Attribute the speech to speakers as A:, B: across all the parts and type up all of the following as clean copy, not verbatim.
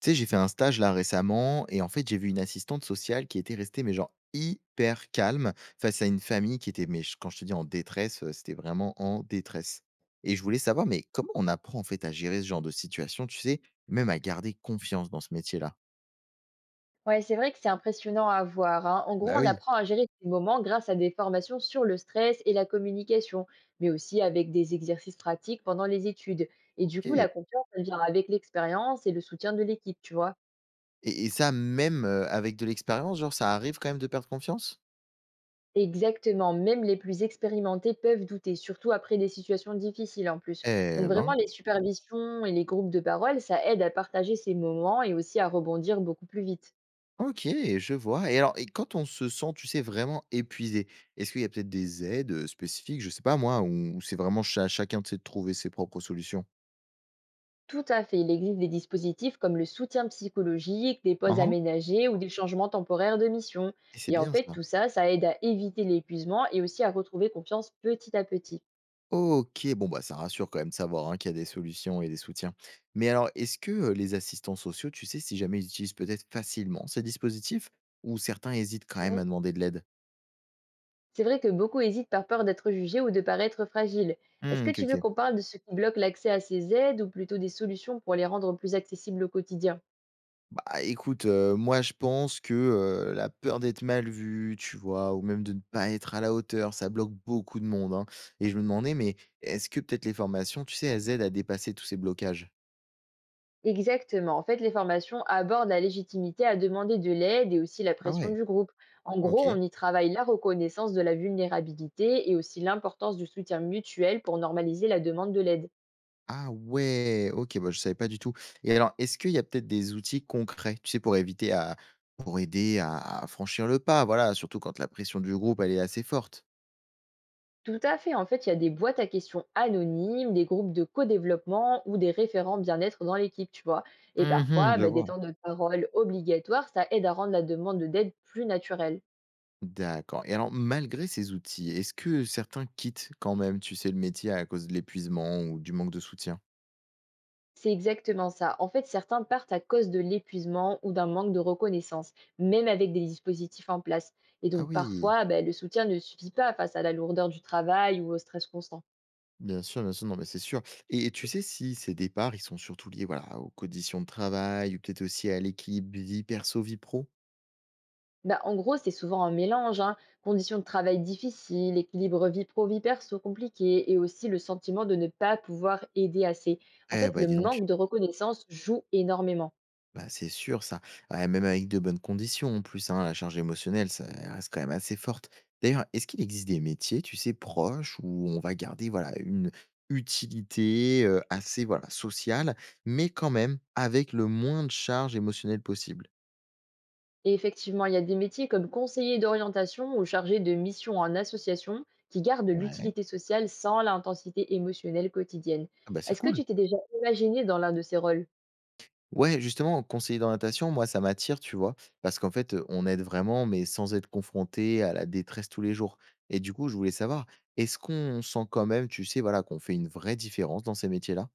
A: Tu sais, j'ai fait un stage là récemment et en fait, j'ai vu une assistante sociale qui était restée, mais genre hyper calme face à une famille qui était, mais quand je te dis en détresse, c'était vraiment en détresse. Et je voulais savoir, mais comment on apprend en fait à gérer ce genre de situation, tu sais, même à garder confiance dans ce métier-là.
B: Ouais, c'est vrai que c'est impressionnant à voir, hein. En gros,
A: Bah
B: on
A: oui.
B: apprend à gérer ces moments grâce à des formations sur le stress et la communication, mais aussi avec des exercices pratiques pendant les études. Et du coup,
A: Ok.
B: la confiance, elle vient avec l'expérience et le soutien de l'équipe, tu vois.
A: Et ça, même avec de l'expérience, genre, ça arrive quand même de perdre confiance.
B: Exactement, même les plus expérimentés peuvent douter, surtout après des situations difficiles en plus. Donc
A: Eh
B: vraiment,
A: ben.
B: les supervisions et les groupes de parole, ça aide à partager ces moments et aussi à rebondir beaucoup plus vite.
A: OK, je vois. Et alors, et quand on se sent, tu sais, vraiment épuisé, est-ce qu'il y a peut-être des aides, spécifiques, je sais pas moi, ou c'est vraiment chacun, tu sais, de trouver ses propres solutions?
B: Tout à fait. Il existe des dispositifs comme le soutien psychologique, des pauses
A: Hein, hein,
B: aménagées ou des changements temporaires de mission.
A: et c'est
B: Et en
A: bien
B: fait,
A: ça.
B: tout ça, ça aide à éviter l'épuisement et aussi à retrouver confiance petit à petit.
A: OK, bon, bah, ça rassure quand même de savoir, hein, qu'il y a des solutions et des soutiens. Mais alors est-ce que, les assistants sociaux, tu sais si jamais ils utilisent peut-être facilement ces dispositifs ou certains hésitent quand
B: C'est
A: même
B: vrai
A: à demander de l'aide?
B: c'est vrai que beaucoup hésitent par peur d'être jugés ou de paraître fragiles. Est-ce
A: Mmh,
B: que
A: OK,
B: tu veux
A: OK.
B: qu'on parle de ce qui bloque l'accès à ces aides ou plutôt des solutions pour les rendre plus accessibles au quotidien?
A: Bah, écoute, moi, je pense que, la peur d'être mal vu, tu vois? Ou même de ne pas être à la hauteur, ça bloque beaucoup de monde, hein. Et je me demandais, mais est-ce que peut-être les formations, tu sais, elles aident à dépasser tous ces blocages?
B: Exactement. En fait, les formations abordent la légitimité à demander de l'aide et aussi la
A: Ah
B: pression
A: ouais,
B: du groupe. En
A: OK.
B: gros, on y travaille la reconnaissance de la vulnérabilité et aussi l'importance du soutien mutuel pour normaliser la demande de l'aide.
A: Ah ouais, OK, bah, je savais pas du tout. Et alors, est-ce qu'il y a peut-être des outils concrets, tu sais, pour aider à franchir le pas? Voilà, surtout quand la pression du groupe, elle est assez forte.
B: Tout à fait. En fait, il y a des boîtes à questions anonymes, des groupes de co-développement ou des référents bien-être dans l'équipe, tu vois. Et
A: Mmh,
B: parfois,
A: je
B: bah, des
A: vois.
B: temps de parole obligatoires, ça aide à rendre la demande d'aide plus naturelle.
A: D'accord. Et alors malgré ces outils, est-ce que certains quittent quand même, tu sais, le métier à cause de l'épuisement ou du manque de soutien?
B: C'est exactement ça. En fait, certains partent à cause de l'épuisement ou d'un manque de reconnaissance, même avec des dispositifs en place. Et
A: Ah
B: donc,
A: oui,
B: parfois, ben, le soutien ne suffit pas face à la lourdeur du travail ou au stress constant.
A: bien sûr, non mais c'est sûr. Et tu sais si ces départs, ils sont surtout liés, voilà, aux conditions de travail ou peut-être aussi à l'équilibre vie perso, vie pro?
B: Ben, en gros, c'est souvent un mélange, hein. Conditions de travail difficiles, équilibre vie pro-vie perso compliqué et aussi le sentiment de ne pas pouvoir aider assez. En
A: Eh
B: fait,
A: bah,
B: le
A: dis donc.
B: manque de reconnaissance joue énormément.
A: Bah, c'est sûr ça. Ouais, même avec de bonnes conditions en plus, hein, la charge émotionnelle, ça elle reste quand même assez forte. D'ailleurs, est-ce qu'il existe des métiers, tu sais, proches où on va garder voilà une utilité assez voilà sociale, mais quand même avec le moins de charge émotionnelle possible?
B: Et effectivement, il y a des métiers comme conseiller d'orientation ou chargé de mission en association qui gardent
A: Ouais.
B: l'utilité sociale sans l'intensité émotionnelle quotidienne.
A: Ah bah, c'est
B: Est-ce que
A: cool.
B: tu t'es déjà imaginé dans l'un de ces rôles?
A: Ouais, justement, conseiller d'orientation, moi, ça m'attire, tu vois, parce qu'en fait, on aide vraiment, mais sans être confronté à la détresse tous les jours. Et du coup, je voulais savoir, est-ce qu'on sent quand même, tu sais, voilà, qu'on fait une vraie différence dans ces métiers-là?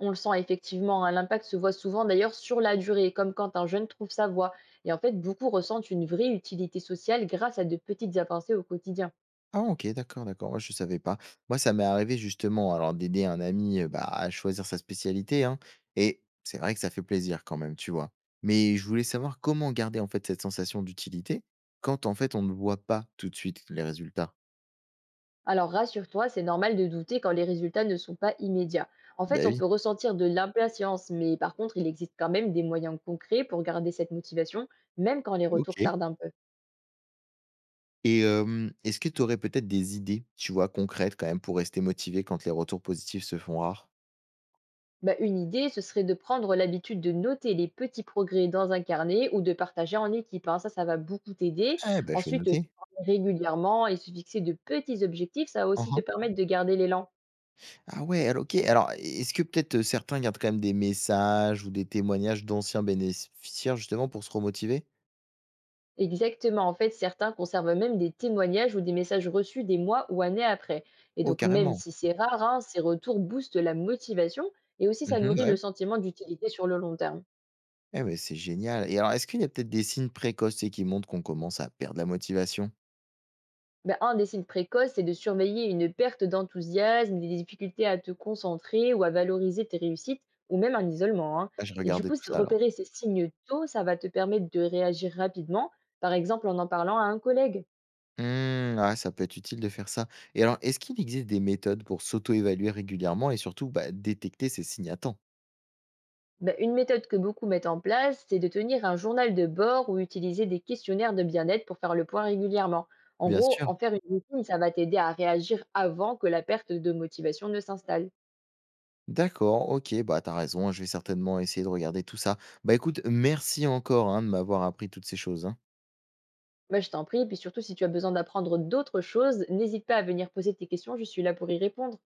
B: On le sent effectivement, hein, l'impact se voit souvent d'ailleurs sur la durée, comme quand un jeune trouve sa voie. Et en fait, beaucoup ressentent une vraie utilité sociale grâce à de petites avancées au quotidien.
A: Ah OK, d'accord, d'accord, moi je savais pas. Moi, ça m'est arrivé justement, alors d'aider un ami, bah, à choisir sa spécialité, hein, et c'est vrai que ça fait plaisir quand même, tu vois? Mais je voulais savoir comment garder, en fait, cette sensation d'utilité quand, en fait, on ne voit pas tout de suite les résultats?
B: Alors rassure-toi, c'est normal de douter quand les résultats ne sont pas immédiats. En fait,
A: Bah
B: on
A: oui.
B: peut ressentir de l'impatience, mais par contre, il existe quand même des moyens concrets pour garder cette motivation, même quand les retours
A: OK.
B: tardent un peu.
A: Et est-ce que tu aurais peut-être des idées, tu vois, concrètes quand même pour rester motivé quand les retours positifs se font rares?
B: Bah, une idée, ce serait de prendre l'habitude de noter les petits progrès dans un carnet ou de partager en équipe, hein. Ça va beaucoup t'aider.
A: Eh ben, je vais
B: Ensuite, se
A: noter.
B: former régulièrement et se fixer de petits objectifs, ça va aussi te
A: Mmh.
B: permettre de garder l'élan.
A: Ah ouais, alors OK. Alors est-ce que peut-être, certains gardent quand même des messages ou des témoignages d'anciens bénéficiaires justement pour se remotiver?
B: Exactement. En fait, certains conservent même des témoignages ou des messages reçus des mois ou années après. Et
A: Oh
B: donc, même
A: carrément.
B: si c'est rare, hein, ces retours boostent la motivation et aussi ça
A: Mmh,
B: nourrit le
A: ouais.
B: sentiment d'utilité sur le long terme.
A: Eh ben, c'est génial. Et alors est-ce qu'il y a peut-être des signes précoces, tu sais, qui montrent qu'on commence à perdre la motivation?
B: Ben, un des signes précoces, c'est de surveiller une perte d'enthousiasme, des difficultés à te concentrer ou à valoriser tes réussites, ou même un isolement, hein.
A: Ah, je
B: Et du
A: regardais
B: coup,
A: tout
B: c'est-
A: ça alors.
B: repérer ces signes tôt, ça va te permettre de réagir rapidement, par exemple en en parlant à un collègue.
A: Mmh, ah, ça peut être utile de faire ça. Et alors, est-ce qu'il existe des méthodes pour s'auto-évaluer régulièrement et surtout bah, détecter ces signes à temps?
B: Bah, une méthode que beaucoup mettent en place, c'est de tenir un journal de bord ou utiliser des questionnaires de bien-être pour faire le point régulièrement. En
A: Bien
B: gros,
A: sûr.
B: en faire une routine, ça va t'aider à réagir avant que la perte de motivation ne s'installe.
A: D'accord, ok, bah t'as raison, je vais certainement essayer de regarder tout ça. Bah écoute, merci encore hein, de m'avoir appris toutes ces choses. Hein.
B: Bah, je t'en prie, et puis surtout si tu as besoin d'apprendre d'autres choses, n'hésite pas à venir poser tes questions, je suis là pour y répondre.